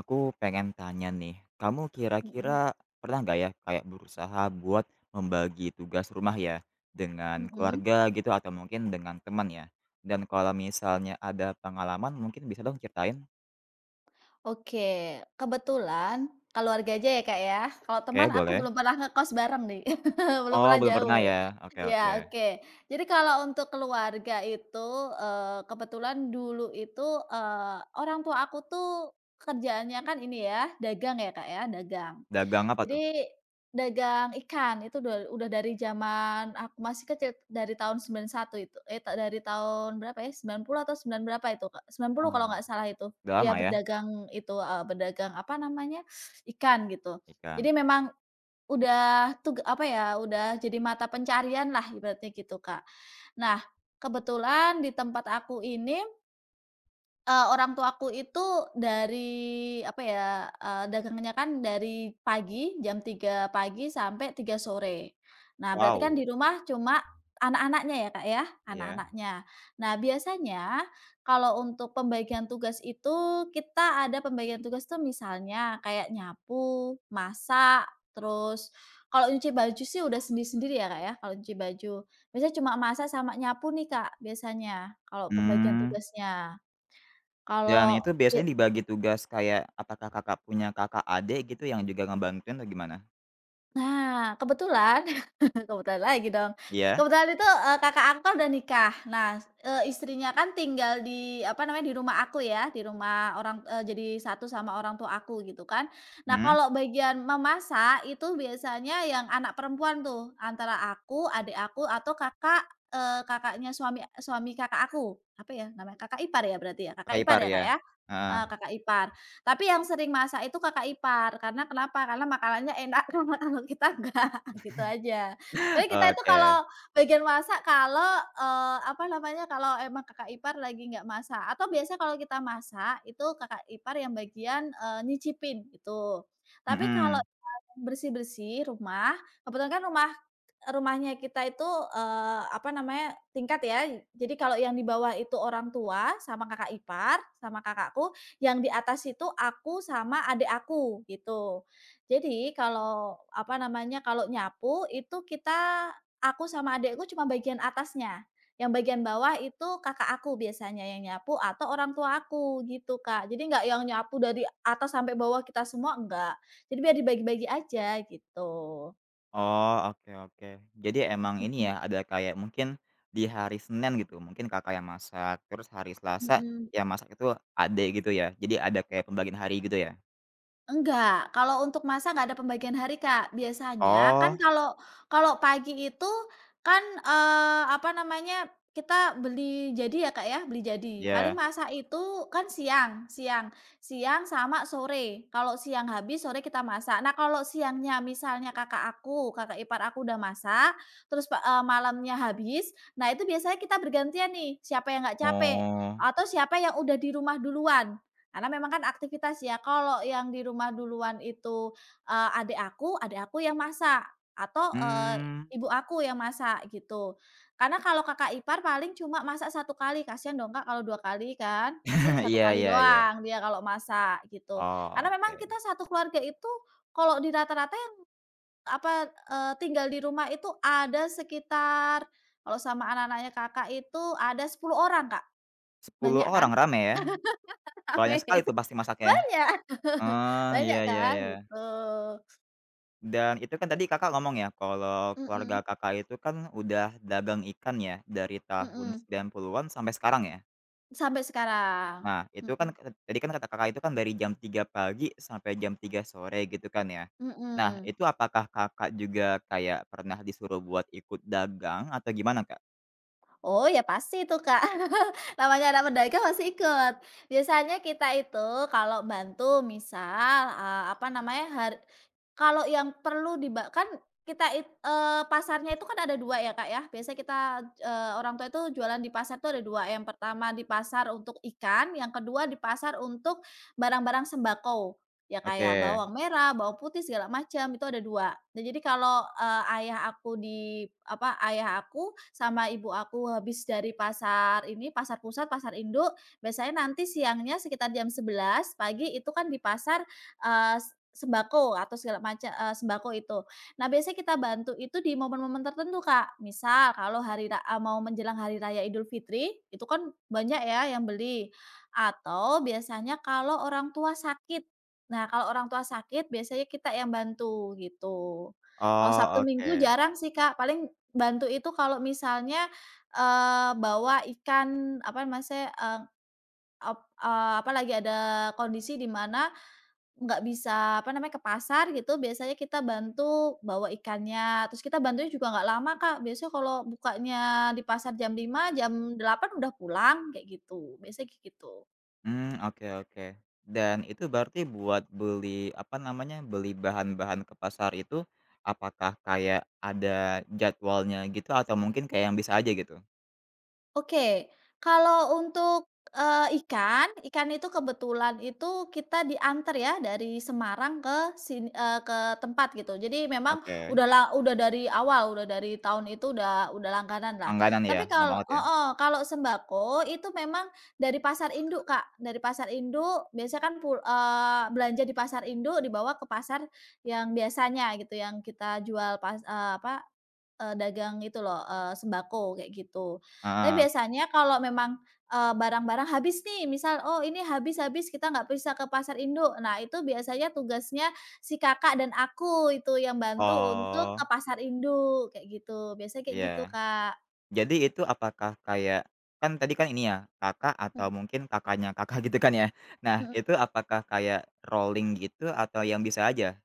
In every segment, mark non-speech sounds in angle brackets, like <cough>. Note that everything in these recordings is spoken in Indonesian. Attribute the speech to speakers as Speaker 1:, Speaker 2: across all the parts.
Speaker 1: Aku pengen tanya nih, kamu kira-kira
Speaker 2: Mhm
Speaker 1: pernah nggak ya kayak berusaha buat membagi tugas rumah ya dengan
Speaker 2: mhm.
Speaker 1: keluarga gitu atau mungkin dengan teman ya? Dan kalau misalnya ada pengalaman mungkin bisa dong ceritain?
Speaker 2: Oke, kebetulan kalau warga aja ya, Kak, ya. Kalau teman
Speaker 1: Oke,
Speaker 2: aku
Speaker 1: boleh.
Speaker 2: belum pernah ngekos bareng nih, <laughs> belum
Speaker 1: Oh,
Speaker 2: pernah
Speaker 1: belum pernah
Speaker 2: jauh.
Speaker 1: ya? Oke, oke.
Speaker 2: Ya oke. Jadi kalau untuk keluarga itu, kebetulan dulu itu, orang tua aku tuh kerjaannya kan ini ya, dagang ya, Kak, ya, dagang.
Speaker 1: Dagang apa tuh?
Speaker 2: Jadi, dagang ikan itu dua udah dari zaman aku masih kecil, dari tahun 91 itu, eh, ta dari tahun berapa ya, 90 atau 9 berapa itu, Kak, sembilan puluh
Speaker 1: Oh,
Speaker 2: kalau nggak salah itu,
Speaker 1: udah
Speaker 2: dia
Speaker 1: lama ya?
Speaker 2: berdagang itu, heeh, berdagang apa namanya, ikan gitu.
Speaker 1: Ikan.
Speaker 2: Jadi memang udah apa ya, udah jadi mata pencarian lah ibaratnya gitu, Kak. Nah, kebetulan di tempat aku ini. Orang tuaku itu dari, apa ya, dagangnya kan dari pagi, jam 3 pagi sampai 3 sore. Nah, berarti kan
Speaker 1: Wow,
Speaker 2: di rumah cuma anak-anaknya ya, Kak, ya,
Speaker 1: ya.
Speaker 2: anak-anaknya. Nah, biasanya kalau untuk pembagian tugas itu, kita ada pembagian tugas tuh misalnya kayak nyapu, masak, terus kalau nyuci baju sih udah sendiri-sendiri ya, Kak, ya, kalau nyuci baju. Biasanya cuma masak sama nyapu nih, Kak, biasanya kalau pembagian
Speaker 1: Hmm.
Speaker 2: tugasnya.
Speaker 1: Dan
Speaker 2: Kalau
Speaker 1: itu
Speaker 2: be
Speaker 1: biasanya dibagi tugas kayak apakah Kakak punya kakak adik gitu yang juga ngebantuin atau gimana?
Speaker 2: nah, kebetulan <laughs> kebetulan lagi dong,
Speaker 1: Iya?
Speaker 2: kebetulan itu, kakak angkat udah nikah. Nah, istrinya kan tinggal di, apa namanya, di rumah aku ya, di rumah orang jadi satu sama orang tua aku, gitu kan. Nah,
Speaker 1: Hmm.
Speaker 2: kalau bagian memasak itu biasanya yang anak perempuan tuh, antara aku, adik aku, atau kakak, kakaknya suami suami kakak aku. Apa ya namanya, kakak ipar ya berarti ya? Kakak
Speaker 1: Kakak
Speaker 2: ipar
Speaker 1: ipar
Speaker 2: ya,
Speaker 1: ya?
Speaker 2: Kak, ya?
Speaker 1: Heeh.
Speaker 2: Kakak ipar. Tapi yang sering masak itu kakak ipar, karena kenapa? Karena makanannya enak, <laughs> karena kalau kita enggak, gitu aja. Tapi kita itu
Speaker 1: Oke,
Speaker 2: kalau bagian masak kalau, apa namanya, kalau emang kakak ipar lagi nggak masak atau biasa kalau kita masak itu kakak ipar yang bagian, nyicipin, gitu. Tapi kalau
Speaker 1: mhm.
Speaker 2: bersih-bersih rumah, kebetulan kan Rumahnya kita itu, apa namanya, tingkat ya. Jadi kalau yang di bawah itu orang tua sama kakak ipar, sama kakakku, yang di atas itu aku sama adik aku, gitu. Jadi kalau, apa namanya, kalau nyapu itu aku sama adikku cuma bagian atasnya, yang bagian bawah itu kakak aku biasanya yang nyapu atau orang tua aku, gitu, Kak. Jadi nggak yang nyapu dari atas sampai bawah kita semua, enggak. Jadi biar dibagi-bagi aja, gitu.
Speaker 1: Oh, oke oke. Jadi emang ini
Speaker 2: Mhm
Speaker 1: ya, ada kayak mungkin di hari Senin gitu, mungkin Kakak yang masak, terus hari Selasa
Speaker 2: mhm.
Speaker 1: yang masak itu adek gitu ya? Jadi ada kayak pembagian hari gitu ya?
Speaker 2: Enggak, kalau untuk masak nggak ada pembagian hari, Kak. Biasanya kan
Speaker 1: Oh,
Speaker 2: kalau kalau pagi itu kan, apa namanya, kita beli jadi ya, Kak, ya, beli jadi. Paling
Speaker 1: iya.
Speaker 2: masak itu kan siang siang siang sama sore. Kalau siang habis, sore kita masak. Nah, kalau siangnya misalnya kakak aku, kakak ipar aku udah masak, terus malamnya habis, nah itu biasanya kita bergantian nih, siapa yang nggak capek,
Speaker 1: Oh,
Speaker 2: atau siapa yang udah di rumah duluan. Karena memang kan aktivitas ya, kalau yang di rumah duluan itu, adik aku yang masak atau,
Speaker 1: mmm,
Speaker 2: ibu aku yang masak gitu. Karena kalau kakak ipar paling cuma masak satu kali, kasihan dong Kak kalau 2 kali kan, pasti
Speaker 1: <laughs>
Speaker 2: satu
Speaker 1: iya
Speaker 2: kali
Speaker 1: iya iya.
Speaker 2: doang dia kalau masak gitu.
Speaker 1: Oh,
Speaker 2: Karena memang
Speaker 1: oke.
Speaker 2: kita satu keluarga itu kalau di rata-rata yang apa, tinggal di rumah itu ada sekitar kalau sama anak-anaknya Kakak itu ada 10 orang Kak,
Speaker 1: Sepuluh
Speaker 2: banyak kan?
Speaker 1: orang, rame ya? Banyak
Speaker 2: <laughs>
Speaker 1: sekali tuh pasti masaknya?
Speaker 2: Banyak, <laughs>
Speaker 1: Oh,
Speaker 2: banyak
Speaker 1: iya iya
Speaker 2: kan
Speaker 1: iya.
Speaker 2: gitu,
Speaker 1: Dan itu kan tadi Kakak ngomong ya, kalau keluarga
Speaker 2: mhm
Speaker 1: Kakak itu kan udah dagang ikan ya, dari tahun
Speaker 2: mhm,
Speaker 1: 90-an sampai sekarang ya?
Speaker 2: sampai sekarang,
Speaker 1: Nah, itu kan
Speaker 2: mhm
Speaker 1: tadi kan kata Kakak itu kan dari jam tiga pagi sampai jam tiga sore gitu kan ya. Nah,
Speaker 2: mhm.
Speaker 1: itu apakah Kakak juga kayak pernah disuruh buat ikut dagang atau gimana, Kak?
Speaker 2: Oh ya pasti itu Kak, <laughs> namanya anak pendaki masih ikut. Biasanya kita itu kalau bantu misal, apa namanya, kalau yang perlu kan pasarnya itu kan ada 2 ya Kak ya, biasanya kita, orang tua itu jualan di pasar itu ada dua, yang pertama di pasar untuk ikan, yang kedua di pasar untuk barang-barang sembako. Ya
Speaker 1: Oke.
Speaker 2: kayak bawang merah, bawang putih segala macam itu ada 2. Nah jadi kalau, eee, ayah aku di apa, ayah aku sama ibu aku habis dari pasar ini, pasar pusat, pasar induk, biasanya nanti siangnya sekitar jam 11 pagi itu kan di pasar, eee, s sembako atau segala macam sembako itu. Nah biasanya kita bantu itu di momen-momen tertentu, Kak. Misal kalau mau menjelang hari raya Idul Fitri, itu kan banyak ya yang beli, atau biasanya kalau orang tua sakit. Nah, kalau orang tua sakit biasanya kita yang bantu gitu. Kalau
Speaker 1: Oh,
Speaker 2: Sabtu Minggu
Speaker 1: oke.
Speaker 2: jarang sih, Kak, paling bantu itu kalau misalnya, bawa ikan apa maksudnya, ep apa lagi ada kondisi di mana nggak bisa apa namanya ke pasar gitu biasanya kita bantu bawa ikannya, terus kita bantunya juga nggak lama, Kak, biasanya kalau bukanya di pasar jam 5 jam 8 udah pulang kayak gitu, biasanya kayak gitu.
Speaker 1: Hmm, oke oke. Dan itu berarti buat beli, apa namanya, beli bahan-bahan ke pasar itu, apakah kayak ada jadwalnya gitu atau mungkin kayak yang bisa aja gitu?
Speaker 2: Oke, kalau untuk, ikan itu kebetulan itu kita diantar ya dari Semarang ke sini ke tempat gitu. Jadi memang
Speaker 1: Oke.
Speaker 2: udah dari awal, udah dari tahun itu udah langganan lah.
Speaker 1: Langganan ya?
Speaker 2: Tapi
Speaker 1: Enak
Speaker 2: kalau
Speaker 1: banget ya?
Speaker 2: oh oh, kalau sembako itu memang dari pasar induk, Kak. Dari pasar induk biasanya kan belanja di pasar induk dibawa ke pasar yang biasanya gitu, yang kita jual pas eee, apa Eee, dagang itu loh, sembako kayak gitu. Tapi
Speaker 1: Heeh.
Speaker 2: biasanya kalau memang, barang-barang habis nih misal, "Oh ini habis habis kita nggak bisa ke pasar induk." Nah itu biasanya tugasnya si kakak dan aku itu yang bantu untuk ke
Speaker 1: Oh,
Speaker 2: pasar induk kayak gitu, biasanya kayak gitu
Speaker 1: iya.
Speaker 2: Kak.
Speaker 1: Jadi itu apakah kayak kan tadi kan ini ya, Kakak atau
Speaker 2: Mhm
Speaker 1: mungkin kakaknya Kakak <laughs> gitu kan ya? Nah,
Speaker 2: mhm.
Speaker 1: itu apakah kayak rolling gitu atau yang bisa aja?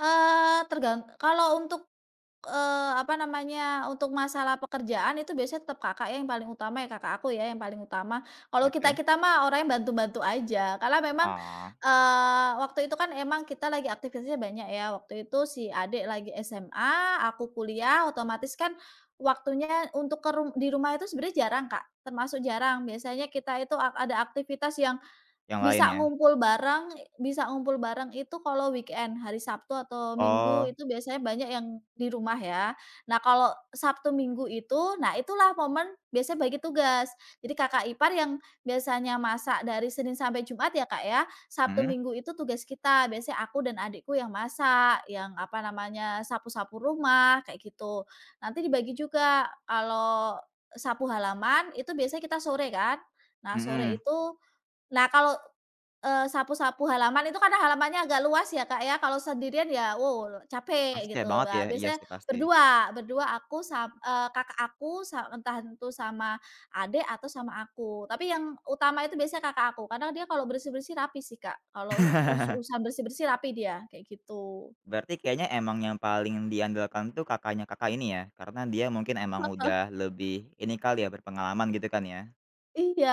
Speaker 2: Eee, tergan kalau untuk Eee, apa namanya, untuk masalah pekerjaan itu biasanya tetap kakak ya yang paling utama ya, kakak aku ya yang paling utama. Kalau
Speaker 1: Oke.
Speaker 2: kita-kita mah orangnya bantu-bantu aja. Karena memang,
Speaker 1: Oh,
Speaker 2: waktu itu kan emang kita lagi aktivitasnya banyak ya. Waktu itu si adik lagi SMA, aku kuliah, otomatis kan waktunya untuk ke rum di rumah itu sebenarnya jarang Kak, termasuk jarang. Biasanya kita itu ada aktivitas yang
Speaker 1: yang lain ya?
Speaker 2: bisa ngumpul bareng itu kalau weekend, hari Sabtu atau Minggu
Speaker 1: Oh,
Speaker 2: itu biasanya banyak yang di rumah ya. Nah, kalau Sabtu Minggu itu, nah itulah momen biasanya bagi tugas. Jadi kakak ipar yang biasanya masak dari Senin sampai Jumat ya, Kak, ya, Sabtu
Speaker 1: mhm?
Speaker 2: Minggu itu tugas kita, biasanya aku dan adikku yang masak, yang apa namanya, sapu-sapu rumah, kayak gitu. Nanti dibagi juga, kalau sapu halaman itu biasanya kita sore kan. Nah, sore
Speaker 1: Mhm.
Speaker 2: itu nah kalau sapu-sapu halaman itu karena halamannya agak luas ya, Kak, ya, kalau sendirian ya, wow, capek
Speaker 1: Pasti ya
Speaker 2: gitu.
Speaker 1: banget ya,
Speaker 2: Nah,
Speaker 1: iya
Speaker 2: biasanya
Speaker 1: sih pasti.
Speaker 2: berdua berdua aku kakak aku entah itu sama adik atau sama aku. Tapi yang utama itu biasanya kakak aku, karena dia kalau bersih-bersih rapi sih, Kak, kalau urusan
Speaker 1: <laughs>
Speaker 2: bersih-bersih rapi dia, kayak gitu.
Speaker 1: Berarti kayaknya emang yang paling diandalkan tuh kakaknya Kakak ini ya? Karena dia mungkin emang udah lebih ini kali ya, berpengalaman gitu kan ya?
Speaker 2: Iya,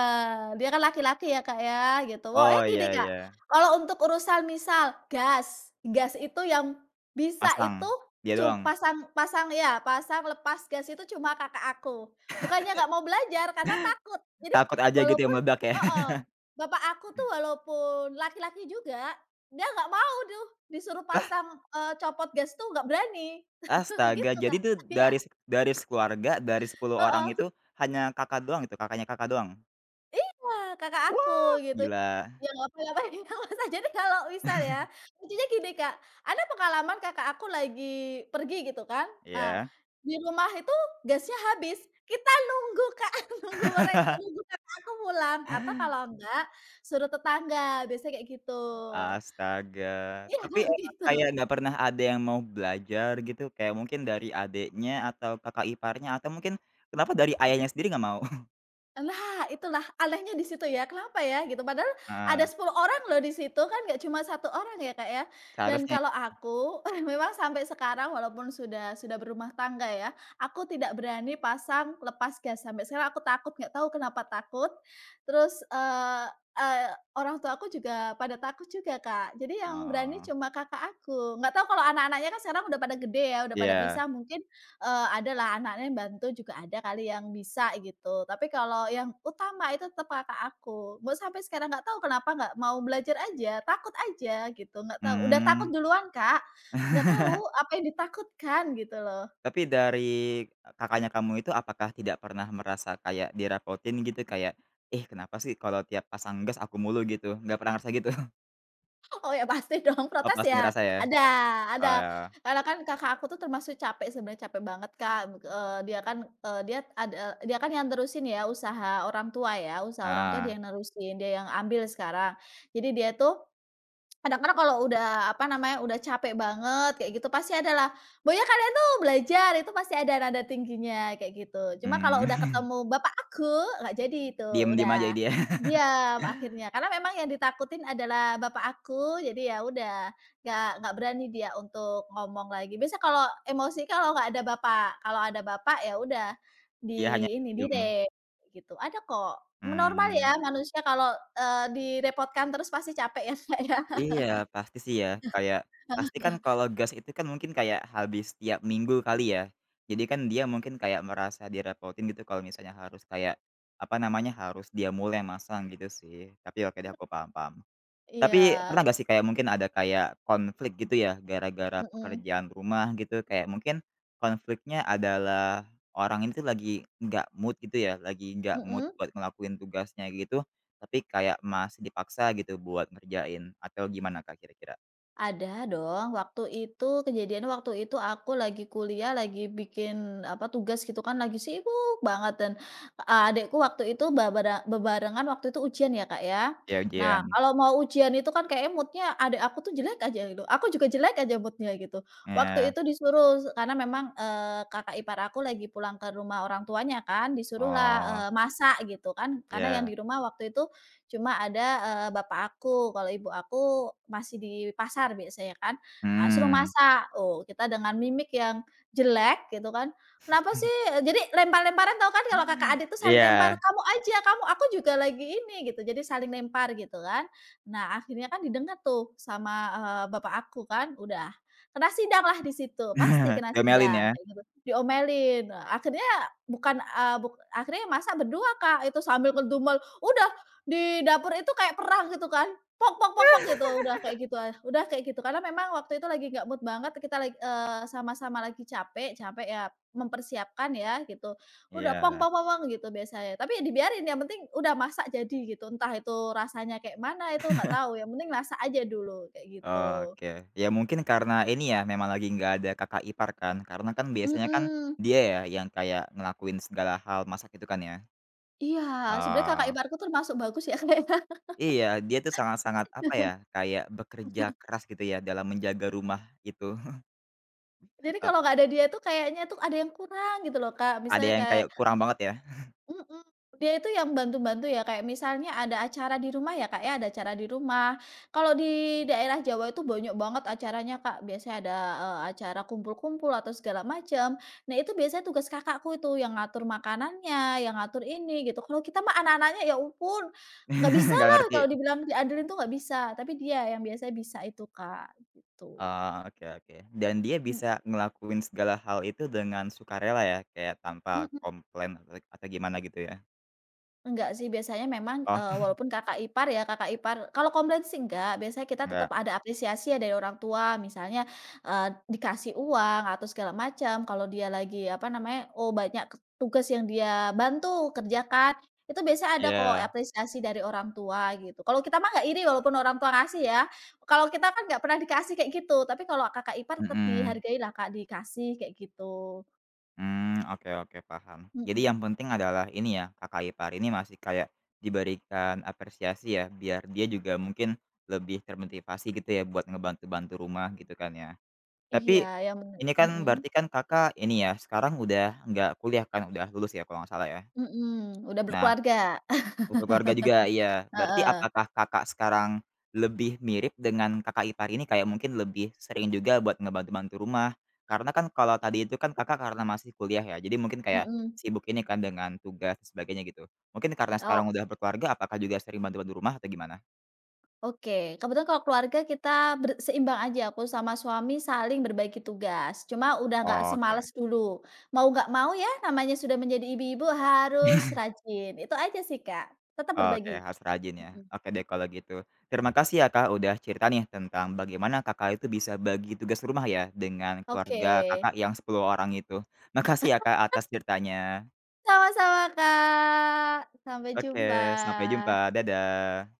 Speaker 2: dia kan laki-laki ya, Kak, ya, gitu. Pokoknya
Speaker 1: Oh,
Speaker 2: gini,
Speaker 1: iya
Speaker 2: Kak,
Speaker 1: iya,
Speaker 2: kalau untuk urusan misal gas, gas itu yang bisa
Speaker 1: masang,
Speaker 2: itu
Speaker 1: dia
Speaker 2: cum
Speaker 1: doang?
Speaker 2: pasang pasang ya, pasang lepas gas itu cuma kakak aku. Bukannya nggak mau belajar karena takut. Jadi
Speaker 1: Takut aja gitu ya
Speaker 2: walaupun
Speaker 1: meledak ya?
Speaker 2: heeh,
Speaker 1: <laughs>
Speaker 2: bapak aku tuh walaupun laki-laki juga, dia nggak mau tuh disuruh
Speaker 1: Lah,
Speaker 2: pasang, copot gas tuh nggak berani, <laughs>
Speaker 1: astaga
Speaker 2: gitu, Kak.
Speaker 1: jadi tuh
Speaker 2: Iya,
Speaker 1: dari dari sekeluarga, dari 10 orang
Speaker 2: heeh.
Speaker 1: itu hanya Kakak doang itu, kakaknya Kakak doang?
Speaker 2: Iya, kakak aku
Speaker 1: Wah,
Speaker 2: gitu.
Speaker 1: gila,
Speaker 2: Ya nggak apa-apa <laughs> ngapain Mas. Jadi kalau misal ya, lucunya gini Kak, ada pengalaman kakak aku lagi pergi gitu kan, ah,
Speaker 1: iya.
Speaker 2: di rumah itu gasnya habis, kita nunggu Kak, <laughs> nunggu kakak aku pulang atau kalau enggak, suruh tetangga, biasanya kayak gitu.
Speaker 1: Astaga,
Speaker 2: Iya
Speaker 1: tapi
Speaker 2: <laughs>
Speaker 1: emang
Speaker 2: gitu.
Speaker 1: kayak nggak pernah ada yang mau belajar gitu? Kayak mungkin dari adiknya atau kakak iparnya atau mungkin kenapa dari ayahnya sendiri nggak mau? <laughs>
Speaker 2: Nah, itulah anehnya di situ ya, kenapa ya gitu, padahal ada
Speaker 1: Heeh,
Speaker 2: 10 orang loh di situ, kan nggak cuma satu orang ya, Kak, ya. Dan
Speaker 1: seharusnya ya.
Speaker 2: kalau aku <laughs> memang sampai sekarang walaupun sudah berumah tangga ya, aku tidak berani pasang lepas gas, sampai sekarang aku takut, nggak tahu kenapa takut. Terus, eee eee, orang tua aku juga pada takut juga, Kak. Jadi yang berani
Speaker 1: Oh,
Speaker 2: cuma kakak aku, nggak tahu kalau anak-anaknya kan sekarang udah pada gede ya, udah pada
Speaker 1: iya.
Speaker 2: bisa mungkin adalah anaknya yang bantu juga ada kali yang bisa gitu, tapi kalau yang utama itu tetap kakak aku. Mau sampai sekarang nggak tahu kenapa nggak mau belajar aja, takut aja gitu, nggak tahu. Udah takut
Speaker 1: mmm,
Speaker 2: duluan, Kak, nggak tahu apa yang ditakutkan gitu loh.
Speaker 1: tapi dari kakaknya kamu itu apakah tidak pernah merasa kayak direpotin gitu? Kayak, "Ih, kenapa sih kalau tiap pasang gas aku mulu?" gitu, nggak pernah ngerasa gitu? <laughs>
Speaker 2: Oh ya pasti <laughs> dong,
Speaker 1: Oh,
Speaker 2: protes
Speaker 1: pasti
Speaker 2: ya?
Speaker 1: ngerasa ya?
Speaker 2: Ada ada.
Speaker 1: Eee,
Speaker 2: Karena kan kakak aku tuh termasuk capek sebenarnya, capek banget, Kak, dia kan, eee, dia ada dia kan yang terusin ya usaha orang tua ya, usaha orang tua dia
Speaker 1: ah,
Speaker 2: yang nerusin, dia yang ambil sekarang. Jadi dia tuh kadang-kadang kalau udah, apa namanya, udah capek banget kayak gitu pasti adalah, "Pokoknya kalian tuh belajar," itu pasti ada nada tingginya kayak gitu. Cuma
Speaker 1: mmm,
Speaker 2: kalau udah
Speaker 1: <laughs>
Speaker 2: ketemu bapak aku, nggak jadi itu,
Speaker 1: diem-diem
Speaker 2: udah
Speaker 1: aja dia,
Speaker 2: diam
Speaker 1: <laughs>
Speaker 2: akhirnya. Karena memang yang ditakutin adalah bapak aku, jadi ya udah nggak berani dia untuk ngomong lagi. Biasa kalau emosi kalau nggak ada bapak, kalau ada bapak ya udah
Speaker 1: dia hanya
Speaker 2: di ini,
Speaker 1: diem.
Speaker 2: direm gitu. Ada kok, normal
Speaker 1: Hmm.
Speaker 2: ya manusia kalau, direpotkan terus pasti capek ya, Kak, ya.
Speaker 1: Iya, pasti sih ya, kayak pasti kan kalau gas itu kan mungkin kayak habis tiap minggu kali ya. Jadi kan dia mungkin kayak merasa direpotin gitu kalau misalnya harus kayak, apa namanya, harus dia mulai yang masang gitu sih. Tapi oke deh aku paham paham.
Speaker 2: Iya,
Speaker 1: Tapi pernah gak sih kayak mungkin ada kayak konflik gitu ya gara-gara
Speaker 2: mhm
Speaker 1: pekerjaan rumah gitu, kayak mungkin konfliknya adalah orang ini tuh lagi nggak mood gitu ya, lagi nggak mood
Speaker 2: mhm,
Speaker 1: buat ngelakuin tugasnya gitu, tapi kayak masih dipaksa gitu buat ngerjain atau gimana Kak kira-kira?
Speaker 2: ada dong. Waktu itu kejadiannya waktu itu aku lagi kuliah, lagi bikin, apa, tugas gitu kan, lagi sibuk banget dan, adikku waktu itu bebarengan waktu itu ujian ya, Kak, ya.
Speaker 1: Ya
Speaker 2: Nah,
Speaker 1: ujian,
Speaker 2: kalau mau ujian itu kan kayak mood-nya adik aku tuh jelek aja gitu, aku juga jelek aja mood gitu. Waktu
Speaker 1: iya.
Speaker 2: itu disuruh karena memang, kakak ipar aku lagi pulang ke rumah orang tuanya kan, disuruhlah,
Speaker 1: Oh,
Speaker 2: masak gitu kan, karena yang
Speaker 1: iya.
Speaker 2: di rumah waktu itu cuma ada, bapak aku, kalau ibu aku masih di pasar biasanya kan, nah suruh
Speaker 1: Mhm,
Speaker 2: masak. Oh, kita dengan mimik yang jelek gitu kan, "Kenapa sih?" Jadi lempar-lemparan tau kan kalau kakak adik tuh saling lempar,
Speaker 1: iya.
Speaker 2: "Kamu aja, kamu, aku juga lagi ini," gitu. Jadi saling lempar gitu kan. Nah akhirnya kan didengar tuh sama, bapak aku kan, udah kena sidang lah di situ, pasti
Speaker 1: <laughs>
Speaker 2: kena
Speaker 1: Diomelin
Speaker 2: sidang
Speaker 1: ya?
Speaker 2: kayak gitu, diomelin. Eee, akhirnya bukan, eee, buk akhirnya masa berdua Kak, itu sambil ngedumel, "Udah di dapur itu kayak perang gitu kan, "Pok pok pok pok," gitu, udah kayak gitu udah kayak gitu. Karena memang waktu itu lagi nggak mood banget, kita sama-sama lagi capek capek ya mempersiapkan ya gitu. Udah, "Pong
Speaker 1: Iya.
Speaker 2: pong pong pong," gitu biasanya. Tapi ya dibiarin, yang penting udah masak jadi gitu, entah itu rasanya kayak mana itu nggak tahu, yang penting masak aja dulu, kayak gitu.
Speaker 1: Oke, ya mungkin karena ini ya memang lagi nggak ada kakak ipar kan, karena kan biasanya kan
Speaker 2: Mhm.
Speaker 1: dia ya yang kayak ngelakuin segala hal masak itu kan ya.
Speaker 2: Iya, sebenarnya kakak
Speaker 1: Eee,
Speaker 2: iparku termasuk bagus ya, <laughs> kayaknya.
Speaker 1: iya dia tuh sangat-sangat apa ya, kayak bekerja keras gitu ya dalam menjaga rumah itu. <laughs>
Speaker 2: Jadi
Speaker 1: E
Speaker 2: kalau nggak ada dia tuh kayaknya tuh ada yang kurang gitu loh, Kak.
Speaker 1: ada
Speaker 2: Misalnya
Speaker 1: yang
Speaker 2: kayak,
Speaker 1: kayak kurang banget ya,
Speaker 2: mhm, dia itu yang bantu-bantu ya, kayak misalnya ada acara di rumah ya, Kak, ya, ada acara di rumah. Kalau di daerah Jawa itu banyak banget acaranya, Kak. Biasanya ada, acara kumpul-kumpul atau segala macam. Nah, itu biasanya tugas kakakku itu yang ngatur makanannya, yang ngatur ini, gitu. Kalau kita mah anak-anaknya, ya ampun, nggak
Speaker 1: <laughs> nggak
Speaker 2: bisalah
Speaker 1: ngerti.
Speaker 2: kalau dibilang diandelin tuh nggak bisa, tapi dia yang biasanya bisa itu, Kak, gitu.
Speaker 1: Oh, oke oke. Dan dia bisa ngelakuin segala hal itu dengan sukarela ya, kayak tanpa
Speaker 2: Mhm.
Speaker 1: komplain atau gimana gitu ya?
Speaker 2: Enggak sih, biasanya memang,
Speaker 1: Oh,
Speaker 2: walaupun kakak ipar ya, kakak ipar kalau komplain sih enggak, biasanya kita
Speaker 1: <laughs>
Speaker 2: tetap
Speaker 1: enggak.
Speaker 2: ada apresiasi ya dari orang tua, misalnya, eee, dikasih uang atau segala macam, kalau dia lagi, apa namanya, oh banyak ke tugas yang dia bantu kerjakan, itu biasa ada kok
Speaker 1: Iya,
Speaker 2: apresiasi dari orang tua gitu. Kalau kita mah nggak iri walaupun orang tua ngasih ya, kalau kita kan nggak pernah dikasih kayak gitu, tapi kalau kakak ipar tetap
Speaker 1: mhm.
Speaker 2: dihargai lah Kak, dikasih kayak gitu.
Speaker 1: Hmm, oke oke paham. Jadi
Speaker 2: Mhm,
Speaker 1: yang penting adalah ini ya, kakak ipar ini masih kayak diberikan apresiasi ya, biar dia juga mungkin lebih termotivasi gitu ya buat ngebantu-bantu rumah gitu kan ya.
Speaker 2: iya
Speaker 1: Tapi,
Speaker 2: yang penting
Speaker 1: ini kan
Speaker 2: mhm.
Speaker 1: berarti kan Kakak ini ya, sekarang udah nggak kuliah kan? Udah lulus ya kalau nggak salah ya?
Speaker 2: Mhm, udah
Speaker 1: Nah,
Speaker 2: berkeluarga.
Speaker 1: satu keluarga juga,
Speaker 2: <laughs>
Speaker 1: iya. Berarti
Speaker 2: Heeh,
Speaker 1: apakah Kakak sekarang lebih mirip dengan kakak ipar ini kayak mungkin lebih sering juga buat ngebantu-bantu rumah? Karena kan kalau tadi itu kan Kakak karena masih kuliah ya, jadi mungkin kayak
Speaker 2: mhm.
Speaker 1: sibuk ini kan dengan tugas dan sebagainya gitu. Mungkin karena
Speaker 2: Ok
Speaker 1: sekarang udah berkeluarga apakah juga sering bantu-bantu rumah atau gimana?
Speaker 2: oke. Kebetulan kalau keluarga kita seimbang aja, aku sama suami saling berbagi tugas, cuma udah nggak
Speaker 1: Oke.
Speaker 2: semales dulu. Mau nggak mau ya namanya sudah menjadi ibu-ibu harus rajin, itu aja sih, Kak, tetap
Speaker 1: Oke,
Speaker 2: berbagi.
Speaker 1: harus rajin ya.
Speaker 2: Mhm,
Speaker 1: Oke deh kalau gitu. Terima kasih ya Kak, udah cerita nih tentang bagaimana Kakak itu bisa bagi tugas rumah ya, dengan
Speaker 2: oke.
Speaker 1: keluarga Kakak yang 10 orang itu. Makasih ya Kak atas ceritanya.
Speaker 2: Sama-sama, Kak, sampai jumpa.
Speaker 1: Oke, sampai jumpa. Dadah.